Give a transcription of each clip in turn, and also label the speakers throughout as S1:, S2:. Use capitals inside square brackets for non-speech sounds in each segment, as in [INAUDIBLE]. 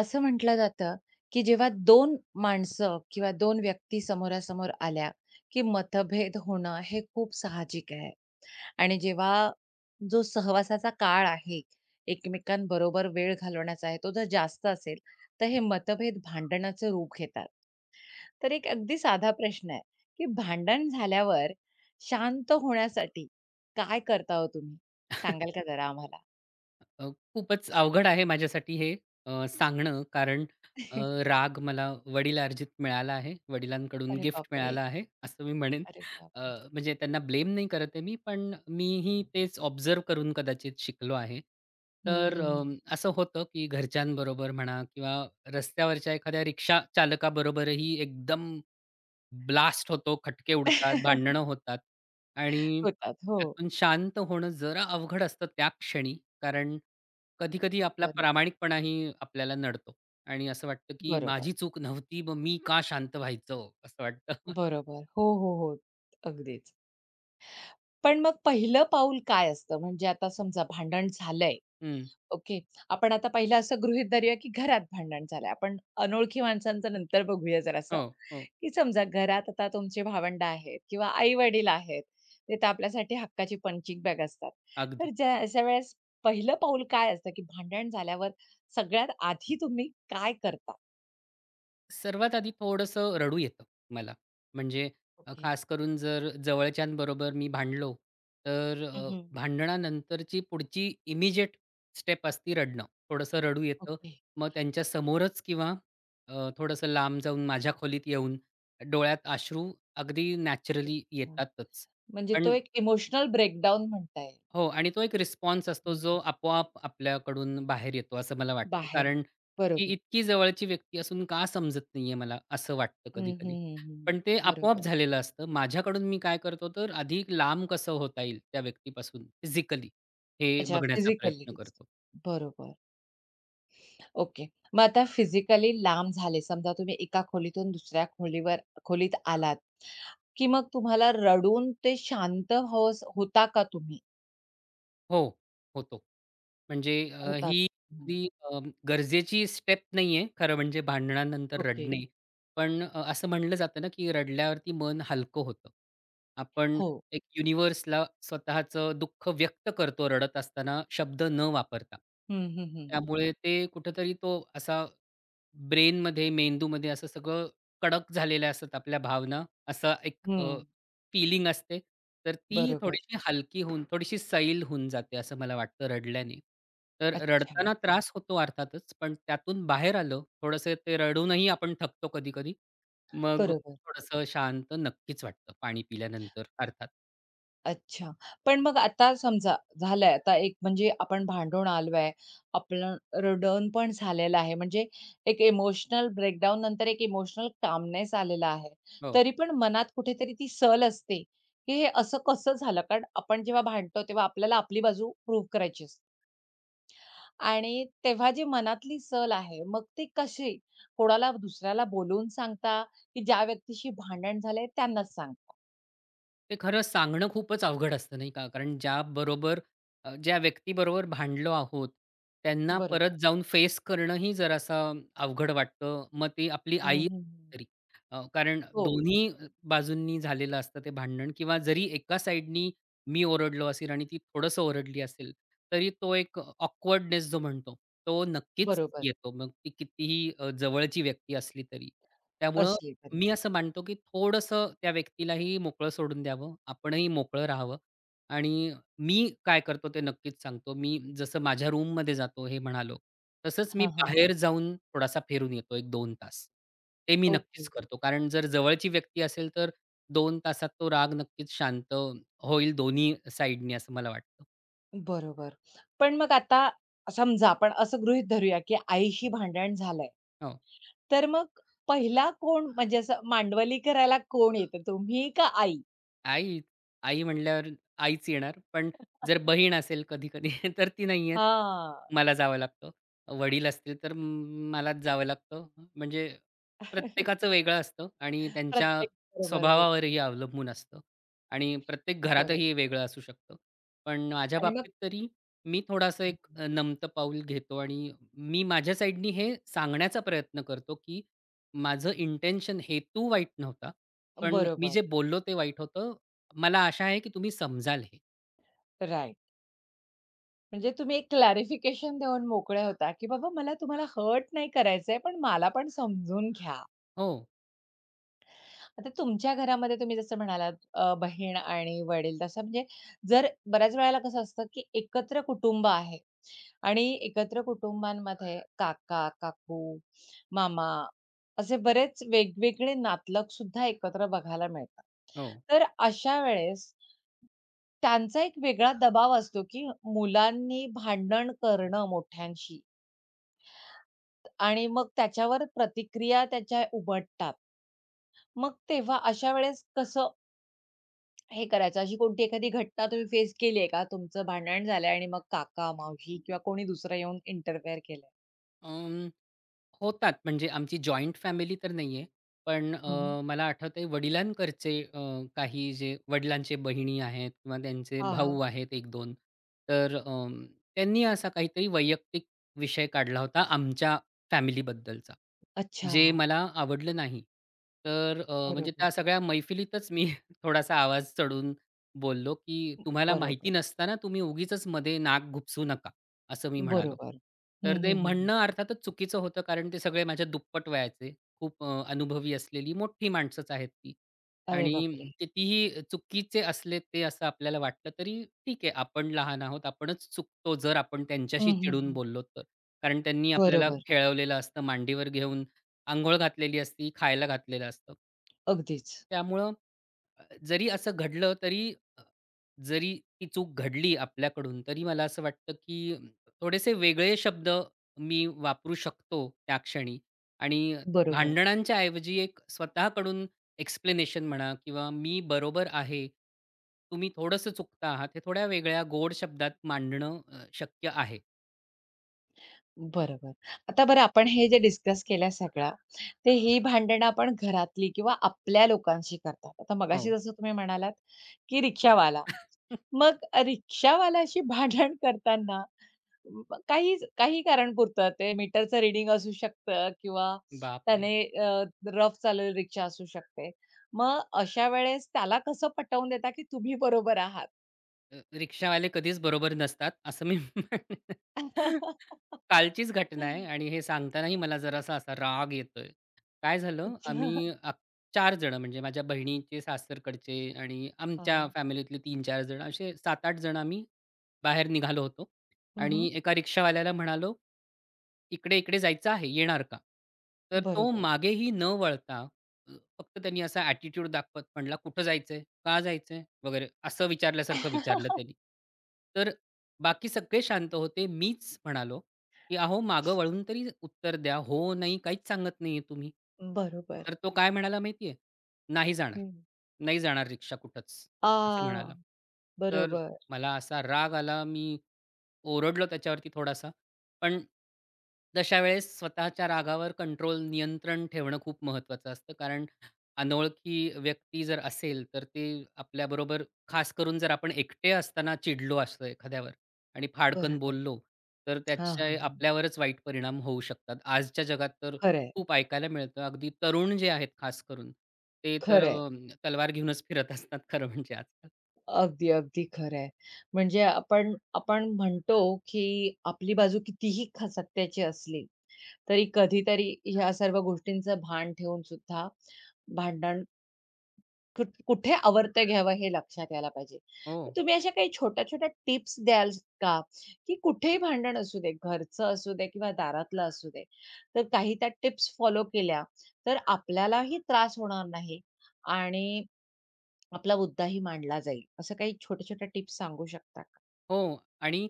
S1: असं म्हटलं जातं, की जेव्हा 2 माणसं किंवा दोन व्यक्ती समोरासमोर आल्या, की मतभेद होणं हे खूप साहजिक आहे. आणि जेव्हा जो सहवासाचा काळ आहे, एकमेकांबरोबर वेळ घालवण्याचा आहे, तो जर जास्त असेल, तर हे मतभेद भांडणाचं रूप घेतात. तर एक अगदी साधा प्रश्न आहे, की भांडण झाल्यावर शांत होण्यासाठी काय करता हो तुम्ही? सांगाल का जरा आम्हाला?
S2: खूपच अवघड आहे माझ्यासाठी हे सांगणं कारण अ,
S1: [LAUGHS]
S2: राग मला वडिलार्जित मिळाला आहे. वडिलांकडून
S1: अरे
S2: गिफ्ट
S1: बापरे!
S2: मिळालं आहे, असं मी म्हणेन.
S1: अरे
S2: अ,
S1: बापरे!
S2: म्हणजे त्यांना ब्लेम नाही करत आहे मी, पण मीही तेच ऑब्झर्व्ह करून कदाचित शिकलो आहे.
S1: हं,
S2: तर
S1: हं, हं.
S2: असं होतं की घरच्यांबरोबर म्हणा किंवा रस्त्यावरच्या एखाद्या रिक्षा चालकाबरोबरही एकदम ब्लास्ट होतो, खटके उडतात,
S1: [LAUGHS]
S2: भांडणं होतात आणि
S1: होतात. हो.
S2: त्यातून शांत होणं जरा अवघड असतं त्या क्षणी. कारण कधी-कधी आपला
S1: बरोबर.
S2: प्रामाणिकपणाही आपल्याला नडतो आणि असं वाटतं, की
S1: बरोबर,
S2: माझी चूक नव्हती, मग मी का शांत व्हायचं? असं वाटतं. [LAUGHS]
S1: बरोबर. हो, हो, हो. अगदीच. पण मग पहिलं पाऊल काय असतं? म्हणजे आता समजा भांडण झालंय,
S2: हं.
S1: ओके. आपण आता पहिलं असं गृहीत धरूया, की घरात भांडण झालंय. आपण अनोळखी माणसांचं नंतर बघूया जरासं,
S2: हो, हो.
S1: की समजा घरात आता तुमचे भावंड आहेत किंवा आई-वडील आहेत. ते तर आपल्यासाठी हक्काची पंचिंग बॅग असतात.
S2: अगदी.
S1: तर ज्या अशा वेळेस पहिलं पाऊल काय असतं, की भांडण झाल्यावर सगळ्यात आधी तुम्ही काय करता?
S2: सर्वात आधी थोडंसं रडू येतं मला. म्हणजे
S1: ओके.
S2: खास करून जर जवळच्यांबरोबर मी भांडलो, तर
S1: हं,
S2: भांडणानंतरची पुढची इमिडिएट स्टेप असती रडणं. थोडंसं रडू येतं.
S1: ओके.
S2: मग त्यांच्यासमोरच किंवा थोडंसं लांब जाऊन माझ्या खोलीत येऊन डोळ्यात अश्रू अगदी नॅचरली
S1: अच्छा.
S2: येतातच.
S1: म्हणजे तो
S2: पण
S1: एक इमोशनल ब्रेकडाउन म्हणता येईल.
S2: हो आणि तो एक रिस्पॉन्स
S1: हं,
S2: असतो
S1: हं.
S2: जो आपोआप आपल्याकडून बाहेर येतो असं मला वाटतं.
S1: बाहेरून.
S2: कारण ही
S1: बरोबर.
S2: इतकी जवळची व्यक्ती असून का समजत नाहीये मला असं वाटतं
S1: हं, हं,
S2: कधी-कधी.
S1: हं, हं.
S2: पण ते आपोआप
S1: बरोबर.
S2: झालेलं असतं. माझ्याकडून मी काय करतो तर अधिक लांब कसं होता येईल त्या व्यक्तीपासून फिजिकली हे
S1: अच्छा
S2: बघण्याचा
S1: फिजिकली
S2: प्रयत्न
S1: डिस्टन्स.
S2: करतो.
S1: बरोबर. ओके. मग आता फिजिकली लांब झाले. समजा तुम्ही एका खोलीतून दुसऱ्या खोलीत आलात, की मग तुम्हाला रडून ते शांत होता का तुम्ही?
S2: हो, होतो. म्हणजे
S1: होतात.
S2: ही
S1: हं.
S2: अगदी गरजेची स्टेप नाहीये खरं म्हणजे भांडणानंतर
S1: ओके.
S2: रडणे. पण असं म्हणलं जातं ना, की रडल्यावरती मन हलकं होतं. आपण
S1: हो.
S2: एक युनिव्हर्सला स्वतःचं दुःख व्यक्त करतो रडत असताना शब्द न वापरता.
S1: हं, हं, हं.
S2: त्यामुळे ते कुठेतरी तो असा ब्रेनमध्ये, मेंदूमध्ये असं सगळं कडक झालेल्या असतात आपल्या भावना, असं एक
S1: हं.
S2: फीलिंग असते. तर ती
S1: बरोबर.
S2: थोडीशी हलकी होऊन, थोडीशी सैल होऊन जाते असं मला वाटतं रडल्याने. तर
S1: अच्छा.
S2: रडताना त्रास होतो अर्थातच, पण त्यातून बाहेर आलं, थोडंसं ते रडूनही आपण थकतो कधी-कधी. मग
S1: बरोबर.
S2: थोडंसं शांत नक्कीच वाटतं पाणी पिल्यानंतर अर्थात.
S1: अच्छा. पण मग आता समजा झालंय, आता एक म्हणजे आपण भांडून आलोय, आपलं रडण पण झालेलं आहे, म्हणजे एक इमोशनल ब्रेकडाउन नंतर एक इमोशनल कामनेस आलेला आहे.
S2: हो.
S1: तरी पण मनात कुठेतरी ती सल असते, की हे असं कसं झालं? कारण आपण जेव्हा भांडतो, तेव्हा आपल्याला आपली बाजू प्रूव्ह करायची असते. आणि तेव्हा जी मनातली सल आहे, मग ती कशी कोणाला दुसऱ्याला बोलवून सांगता, की ज्या व्यक्तीशी भांडण झालंय त्यांनाच सांगता?
S2: ते खरं सांगणं खूपच अवघड असतं नाही का? कारण ज्याबरोबर ज्या व्यक्तीबरोबर भांडलो आहोत, त्यांना
S1: बरोबर.
S2: परत जाऊन फेस करणंही जरासं अवघड वाटतं. मग ती आपली
S1: हं,
S2: आई
S1: हं, हं.
S2: तरी. कारण
S1: हो,
S2: दोन्ही बाजूंनी झालेलं असतं ते भांडण किंवा जरी एका साइडनी मी ओरडलो असेल आणि ती थोडंसं ओरडली असेल, तरी तो एक ऑकवर्डनेस जो म्हणतो, तो नक्कीच
S1: बरोबर.
S2: येतो. मग ती कितीही जवळची व्यक्ती असली तरी. त्यामुळं
S1: अशी एखादी.
S2: मी असं मानतो, की थोडंसं त्या व्यक्तीलाही मोकळं सोडून द्यावं. आपणही मोकळं राहावं आणि मी काय करतो ते नक्कीच सांगतो. मी जसं माझ्या रूममध्ये जातो हे म्हणालो, तसंच मी
S1: हां, हां.
S2: बाहेर जाऊन थोडासा फिरून येतो 1-2 तास. ते मी
S1: ओके.
S2: नक्कीच करतो. कारण जर जवळची व्यक्ती असेल, तर 2 तासात तो राग नक्कीच शांत होईल दोन्ही साइडनी असं मला वाटतं.
S1: बरोबर. पण मग आता समजा आपण असं गृहीत धरूया, की आईशी भांडण झालंय.
S2: हो.
S1: तर मग पहिला कोण म्हणजे असं मांडवली करायला कोण येतं तुम्ही का आई?
S2: आई, आई म्हटल्यावर आईच येणार. पण जर बहीण असेल कधी-कधी [LAUGHS] तर ती नाही येत.
S1: हां.
S2: मला जावं लागतं. वडील असतील तर मलाच जावं लागतं. म्हणजे प्रत्येकाचं
S1: [LAUGHS]
S2: वेगळं असतं आणि त्यांच्या
S1: प्रत्येक बरोबर वेगळी.
S2: स्वभावावरही अवलंबून असतं आणि प्रत्येक
S1: बरोबर.
S2: घरातही वेगळं असू शकतं. पण माझ्या
S1: आणि मग
S2: बाबतीत तरी मी थोडासा एक नमतं पाऊल घेतो आणि मी माझ्या साईडनी हे सांगण्याचा प्रयत्न करतो, की माझं इंटेन्शन हेतू वाईट नव्हता. पण मी
S1: बरोबर.
S2: जे बोललो ते वाईट होतं. मला आशा आहे की तुम्ही समजाल हे.
S1: राइट. म्हणजे तुम्ही एक क्लॅरिफिकेशन देऊन मोकळ्या होता, की बाबा मला तुम्हाला हर्ट नाही करायचंय, पण मला पण समजून घ्या.
S2: हो,
S1: आता तुमच्या घरामध्ये तुम्ही जसं म्हणालात बहीण आणि वडील तसं म्हणजे जर बऱ्याच वेळेला कसं असतं, की एकत्र कुटुंब आहे आणि एकत्र कुटुंबांमध्ये काका, काकू, मामा असे बरेच वेगवेगळे नातलग सुद्धा एकत्र बघायला मिळतात.
S2: हो.
S1: तर अशा वेळेस त्यांचा एक वेगळा दबाव असतो, की मुलांनी भांडण करणं मोठ्यांशी आणि मग त्याच्यावर प्रतिक्रिया त्याच्या उमटतात. मग तेव्हा अशा वेळेस कसं हे करायचं. अशी कोणती एखादी घटना तुम्ही फेस केली आहे का? तुमचं भांडण झालंय आणि मग काका, मावशी किंवा कोणी दुसरं येऊन इंटरफेअर केलंय?
S2: अं, होतात म्हणजे आमची जॉइंट फॅमिली तर नाहीये. पण
S1: हं, हं.
S2: मला आठवतंय वडिलांकडचे काही जे वडिलांचे बहिणी आहेत किंवा त्यांचे
S1: हां,
S2: भाऊ आहेत 1-2 तर त्यांनी असा काहीतरी वैयक्तिक विषय काढला होता आमच्या फॅमिलीबद्दलचा.
S1: अच्छा.
S2: जे मला आवडलं नाही. तर म्हणजे
S1: बरोबर,
S2: त्या सगळ्या मैफिलीतच मी [LAUGHS] थोडासा आवाज चढवून बोललो, की "तुम्हाला
S1: बरोबर,
S2: माहिती नसताना तुम्ही उगीचच मध्ये नाक घुपसू नका," असं मी म्हणालो.
S1: बरोबर. हं,
S2: तर ते
S1: हं, हं, हं.
S2: म्हणणं अर्थातच चुकीचं होतं, कारण ते सगळे माझ्या दुप्पट वयाचे, खूप अनुभवी असलेली मोठी माणसंच आहेत ती.
S1: अरे
S2: आणि
S1: बापरे!
S2: कितीही चुकीचे असले ते असं आपल्याला वाटलं तरी ठीक आहे, आपण लहान आहोत, आपणच चुकतो जर आपण त्यांच्याशी
S1: हं, हं,
S2: चिडून
S1: हं.
S2: बोललो तर. कारण त्यांनी आपल्याला
S1: बरोबर.
S2: खेळवलेलं असतं, मांडीवर घेऊन अंघोळ घातलेली असती, खायला घातलेलं असतं.
S1: अगदीच.
S2: त्यामुळं जरी असं घडलं तरी अ, जरी ती चूक घडली आपल्याकडून, तरी मला असं वाटतं, की थोडेसे वेगळे शब्द मी वापरू शकतो त्या क्षणी आणि
S1: बरोबर,
S2: भांडणांच्या ऐवजी एक स्वतःकडून एक्सप्लेनेशन म्हणा किंवा "मी बरोबर आहे. तुम्ही थोडंसं चुकता आहात." हे थोड्या वेगळ्या गोड शब्दात मांडणं शक्य आहे.
S1: बरोबर. आता बरं आपण हे जे डिस्कस केलं सगळं, ते ही भांडणं आपण घरातली किंवा आपल्या लोकांशी करतात. आता मगाशी
S2: हो.
S1: जसं तुम्ही म्हणालात, की रिक्षावाला
S2: [LAUGHS]
S1: मग रिक्षावाल्याशी भांडण करताना काही काही कारण पुरतं ते मीटरचं रीडिंग असू शकतं किंवा
S2: बापरे!
S1: त्याने अ, रफ चालवलेली रिक्षा असू शकते. मग अशा वेळेस त्याला कसं पटवून देता, की तुम्ही बरोबर आहात?
S2: रिक्षावाले कधीच बरोबर नसतात असं मी म्हणेन. [LAUGHS] कालचीच घटना आहे
S1: [LAUGHS]
S2: आणि हे सांगतानाही मला जरासा असा राग येतोय. काय झालं
S1: अच्छा.
S2: आम्ही चार जण म्हणजे माझ्या बहिणीचे सासरकडचे आणि आमच्या
S1: हां.
S2: फॅमिलीतले 3-4 जण असे 7-8 जण आम्ही बाहेर निघालो होतो
S1: हं,
S2: आणि एका रिक्षावाल्याला म्हणालो, "इकडे-इकडे जायचं आहे, येणार का?" तर तो
S1: बरोबर.
S2: मागेही न वळता अ, फक्त त्यांनी असा ॲटिट्यूड दाखवत म्हणाला, "कुठं जायचंय?" "का जायचंय?" वगैरे असं विचारल्यासारखं विचारलं
S1: [LAUGHS]
S2: त्यांनी. तर बाकी सगळे शांत होते. मीच म्हणालो, की "अहो, मागं वळून तरी उत्तर द्या. हो, नाही काहीच सांगत नाहीये तुम्ही."
S1: बरोबर.
S2: तर तो काय म्हणाला माहिती "नाही जाणार.
S1: हं.
S2: नाही जाणार रिक्षा कुठंच." असं
S1: आ,
S2: म्हणाला. तर
S1: बरोबर,
S2: मला असा राग आला. मी ओरडलो त्याच्यावरती थोडासा. पण तशा वेळेस स्वतःच्या रागावर कंट्रोल, नियंत्रण ठेवणं खूप महत्त्वाचं असतं. कारण अनोळखी व्यक्ती जर असेल, तर ते आपल्याबरोबर खास करून जर आपण एकटे असताना चिडलो असतो एखाद्यावर आणि फाडकन
S1: बरोबर.
S2: बोललो, तर
S1: हां, हां,
S2: त्याचे
S1: हां.
S2: आपल्यावरच वाईट परिणाम होऊ शकतात. आजच्या जगात तर
S1: खरंय,
S2: खूप ऐकायला मिळतं. अगदी तरुण जे आहेत खास करून, ते तर
S1: खरंय.
S2: तलवार घेऊनच फिरत असतात खरं म्हणजे आजकाल.
S1: अगदी, अगदी खरं आहे. म्हणजे आपण आपण म्हणतो, की आपली बाजू कितीही सत्याची असली, तरी कधीतरी ह्या सर्व गोष्टींचं भान ठेवून सुद्धा भांडण कुठे आवर्त घ्यावं हे लक्षात यायला पाहिजे.
S2: हो,
S1: तर तुम्ही अशा काही छोट्या-छोट्या टिप्स द्याल का? की कुठेही भांडण असू दे, घरचं असू दे किंवा दारातलं असू दे, तर काही त्या टिप्स फॉलो केल्या, तर आपल्यालाही त्रास होणार नाही आणि आपला मुद्दाही मांडला जाईल. असं काही छोट्या-छोट्या टिप्स सांगू शकता का?
S2: हो. आणि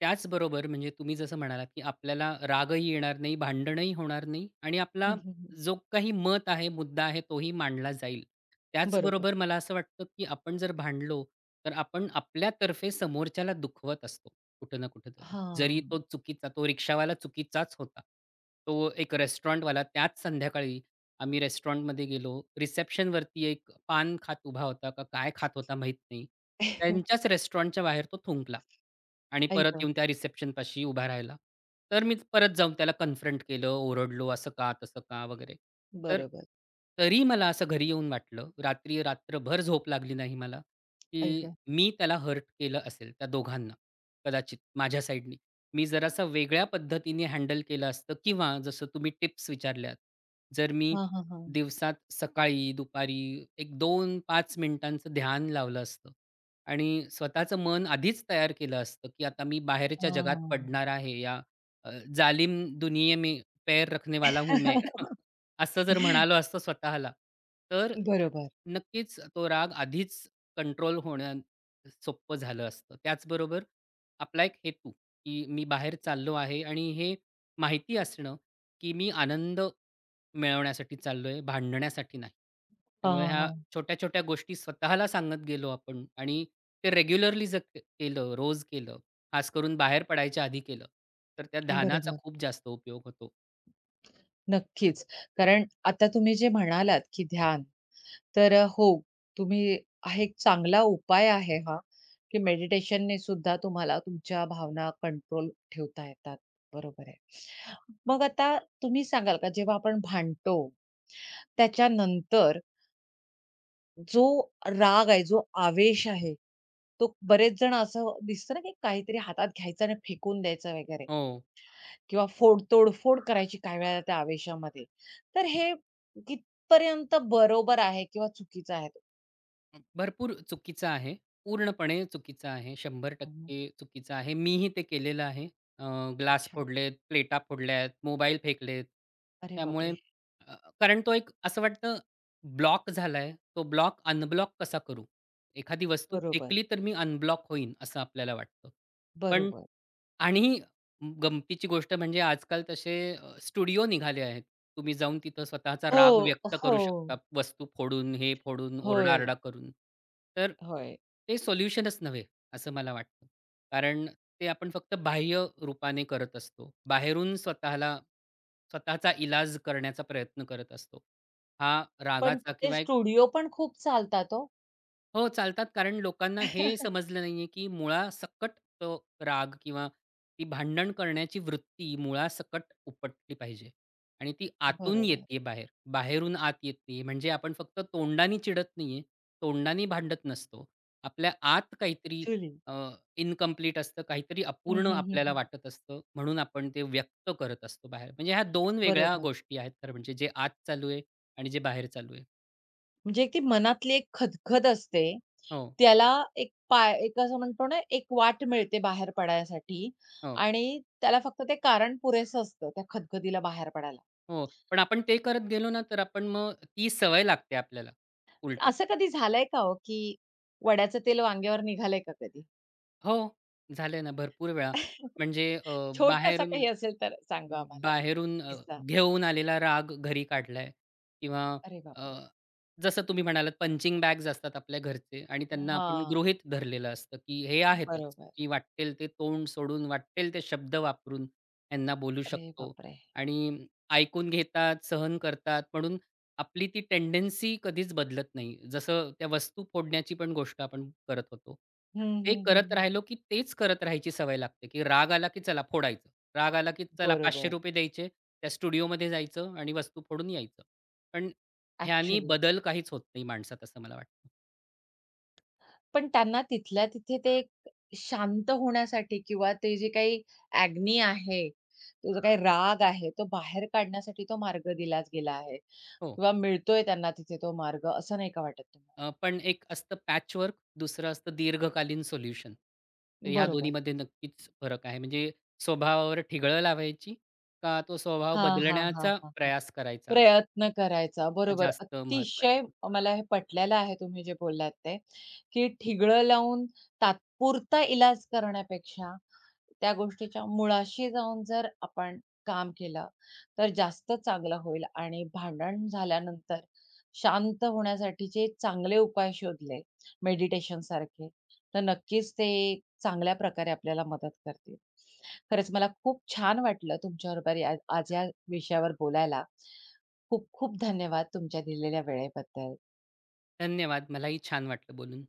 S2: त्याचबरोबर म्हणजे तुम्ही जसं म्हणालात, की आपल्याला रागही येणार नाही, भांडणही होणार नाही आणि आपला
S1: हं, हं,
S2: जो काही मत आहे, मुद्दा आहे तोही मांडला जाईल.
S1: बरोबर.
S2: त्याचबरोबर मला असं वाटतं, की आपण जर भांडलो, तर आपण आपल्यातर्फे समोरच्याला दुखवत असतो कुठं ना कुठेतरी. जरी
S1: हां.
S2: तो चुकीचा तो रिक्षावाला चुकीचाच होता. तो एक रेस्टॉरंटवाला त्याच संध्याकाळी आम्ही रेस्टॉरंटमध्ये गेलो. रिसेप्शनवरती एक पान खात उभा होता का काय खात होता माहीत नाही.
S1: आई [LAUGHS]
S2: त्यांच्याच रेस्टॉरंटच्या बाहेर तो थुंकला. आणि परत येऊन त्या रिसेप्शन पाशी उभा राहिला. तर मी परत जाऊन त्याला कन्फ्रंट केलं, ओरडलो, "असं का? तसं का?" वगैरे. तर
S1: बरोबर.
S2: तरी मला असं घरी येऊन वाटलं, रात्री रात्रभर झोप लागली नाही मला,
S1: आई
S2: की
S1: गं!
S2: मी त्याला हर्ट केलं असेल त्या दोघांना कदाचित माझ्या साईडनी. मी जरासा वेगळ्या पद्धतीने हँडल केलं असतं किंवा जसं तुम्ही टिप्स विचारल्यात, जर मी
S1: हां, हां, हां.
S2: दिवसात सकाळी, दुपारी एक 2-5 मिनिटांचं ध्यान लावलं असतं, आणि स्वतःचं मन आधीच तयार केलं असतं, की आता मी बाहेरच्या जगात पडणार आहे या जालिम दुनिये में पैर रखने वाला हूं मैं. [LAUGHS]
S1: [LAUGHS]
S2: असं जर म्हणालो असतो स्वतःला, तर
S1: बरोबर.
S2: नक्कीच तो राग आधीच कंट्रोल होणं सोपं झालं असतं. त्याचबरोबर आपला एक हेतू, की मी बाहेर चाललो आहे आणि हे माहिती असणं, की मी आनंद मिळवण्यासाठी चाललोय, भांडण्यासाठी नाही.
S1: हां,
S2: त्यामुळे
S1: हां,
S2: ह्या
S1: हां.
S2: छोट्या-छोट्या गोष्टी स्वतःला सांगत गेलो आपण आणि ते रेग्युलरली जर केलं, रोज केलं, खास करून बाहेर पडायच्या आधी केलं, तर त्या धानाचा
S1: बरोबर.
S2: खूप जास्त उपयोग होतो.
S1: नक्कीच. कारण आता तुम्ही जे म्हणालात, की ध्यान तर हो, तुम्ही हा एक चांगला उपाय आहे हा, की मेडिटेशनने सुद्धा तुम्हाला तुमच्या भावना कंट्रोल ठेवता येतात. बरोबर आहे. मग आता तुम्ही सांगाल का जेव्हा आपण भांडतो, त्याच्यानंतर जो राग आहे, जो आवेश आहे, तो बरेच जण असं दिसतं ना, की काहीतरी हातात घ्यायचं आणि फेकून द्यायचं वगैरे
S2: हो.
S1: किंवा तोडफोड करायची काही वेळेला त्या आवेशामध्ये. तर हे कितपर्यंत बरोबर आहे किंवा चुकीचं आहे?
S2: भरपूर चुकीचं आहे. पूर्णपणे चुकीचं आहे.
S1: हं,
S2: 100% चुकीचं आहे. मीही ते केलेलं आहे. अ, ग्लास
S1: अच्छा.
S2: फोडलेत, प्लेटा फोडल्यात, मोबाईल फेकलेत.
S1: अरे
S2: त्यामुळे
S1: बापरे!
S2: अ, कारण तो एक असं वाटतं ब्लॉक झालाय. तो ब्लॉक अनब्लॉक कसा करू? एखादी वस्तू
S1: बरोबर,
S2: फेकली तर मी अनब्लॉक होईन असं आपल्याला वाटतं. पण
S1: बरोबर.
S2: आणि गमतीची गोष्ट म्हणजे आजकाल तसे स्टुडिओ निघाले आहेत. तुम्ही जाऊन तिथं स्वतःचा राग
S1: हो,
S2: व्यक्त
S1: हो.
S2: करू शकता. वस्तू फोडून, हे फोडून,
S1: होय,
S2: ओरडा-आरडा करून. तर
S1: होय.
S2: ते सोल्युशनच नव्हे, असं मला वाटतं. कारण ते आपण फक्त बाह्य रूपाने करत असतो. बाहेरून स्वतःला स्वतःचा इलाज करण्याचा प्रयत्न करत असतो. हा
S1: पण
S2: रागाचा
S1: ते
S2: किंवा एक
S1: स्टुडिओ पण खूप चालतात हो.
S2: हो, चालतात. कारण लोकांना हे
S1: [LAUGHS]
S2: समजलं नाहीये, की मुळासकट तो राग किंवा ती भांडण करण्याची वृत्ती मुळासकट उपटली पाहिजे आणि ती आतून
S1: बरोबर.
S2: येते बाहेर, बाहेरून आत येते. म्हणजे आपण फक्त तोंडानी चिडत नाहीये, तोंडानी भांडत नसतो. आपल्या आत काहीतरी
S1: चुली.
S2: अ, इन्कम्प्लीट असतं, काहीतरी
S1: हं,
S2: अपूर्ण
S1: हं, हं,
S2: आपल्याला
S1: हं.
S2: वाटत असतं, म्हणून आपण ते व्यक्त करत असतो बाहेर. म्हणजे ह्या 2 वेगळ्या
S1: बरोबर.
S2: गोष्टी आहेत खरं म्हणजे, जे आत चालू आहे आणि जे बाहेर चालू आहे.
S1: म्हणजे एक ती मनातली एक खदखद असते.
S2: हो,
S1: त्याला एक असं म्हणतो ना, एक वाट मिळते बाहेर पडण्यासाठी
S2: हो.
S1: आणि त्याला फक्त ते कारण पुरेसं असतं त्या खदखदीला बाहेर पडायला.
S2: हो, पण आपण ते करत गेलो ना, तर आपण मग ती सवय लागते आपल्याला उलटं.
S1: असं कधी झालंय का हो, की वड्याचं तेल वांग्यावर निघालंय का कधी?
S2: हो, झालंय ना भरपूर वेळा.
S1: [LAUGHS]
S2: म्हणजे
S1: छोटासा
S2: बाहेरून
S1: काही असेल तर सांगा आम्हाला एक
S2: बाहेरून
S1: किस्सा.
S2: घेऊन आलेला राग घरी काढलाय किंवा
S1: अरे
S2: अ,
S1: बापरे!
S2: जसं तुम्ही म्हणालात पंचिंग बॅग्स असतात आपल्या घरचे आणि त्यांना आपण
S1: हां,
S2: गृहीत धरलेलं असतं, की हे आहेतच.
S1: बरोबर.
S2: की वाट्टेल ते तोंड सोडून, वाट्टेल ते शब्द वापरून यांना बोलू
S1: अरे
S2: शकतो
S1: बापरे!
S2: आणि ऐकून घेतात, सहन करतात म्हणून आपली ती टेंडन्सी कधीच बदलत नाही. जसं त्या वस्तू फोडण्याची पण गोष्ट आपण करत होतो.
S1: हं,
S2: ते
S1: हं,
S2: करत
S1: हं.
S2: राहिलो, की तेच करत राहायची सवय लागते, की राग आला, की चला फोडायचं. राग आला, की चला
S1: बरोबर.
S2: ₹500 द्यायचे, त्या स्टुडिओमध्ये जायचं आणि वस्तू फोडून यायचं. पण ह्यानी
S1: ॲक्चुअली.
S2: बदल काहीच होत नाही माणसात असं मला वाटतं.
S1: पण त्यांना तिथल्या तिथे ते एक शांत होण्यासाठी किंवा ते जे काही अग्नी आहे, तो जो काही राग आहे, तो बाहेर काढण्यासाठी तो मार्ग दिलाच गेला आहे
S2: हो.
S1: किंवा मिळतोय त्यांना तिथे तो मार्ग, असं नाही का वाटत तुम्हाला?
S2: पण एक असतं पॅचवर्क, दुसरं असतं दीर्घकालीन सोल्युशन. तर ह्या
S1: बरोबर.
S2: दोन्हीमध्ये नक्कीच फरक आहे. म्हणजे स्वभावावर ठिगळं लावायची का तो स्वभाव
S1: हां, हां, हां,
S2: बदलण्याचा
S1: हां, हां.
S2: प्रयास करायचा
S1: प्रयत्न करायचा.
S2: हा
S1: बरोबर.
S2: जास्त
S1: अतिशय
S2: महत्वाचं.
S1: मला हे पटलेलं आहे तुम्ही जे बोललात ते, की ठिगळं लावून तात्पुरता इलाज करण्यापेक्षा त्या गोष्टीच्या मुळाशी जाऊन जर आपण काम केलं, तर जास्त चांगलं होईल आणि भांडण झाल्यानंतर शांत होण्यासाठीचे चांगले उपाय शोधले मेडिटेशनसारखे, तर नक्कीच ते चांगल्या प्रकारे आपल्याला मदत करतील. खरंच मला खूप छान वाटलं तुमच्याबरोबर या आज या विषयावर बोलायला. खूप खूप धन्यवाद तुमच्या दिलेल्या वेळेबद्दल.
S2: धन्यवाद. मलाही छान वाटलं बोलून.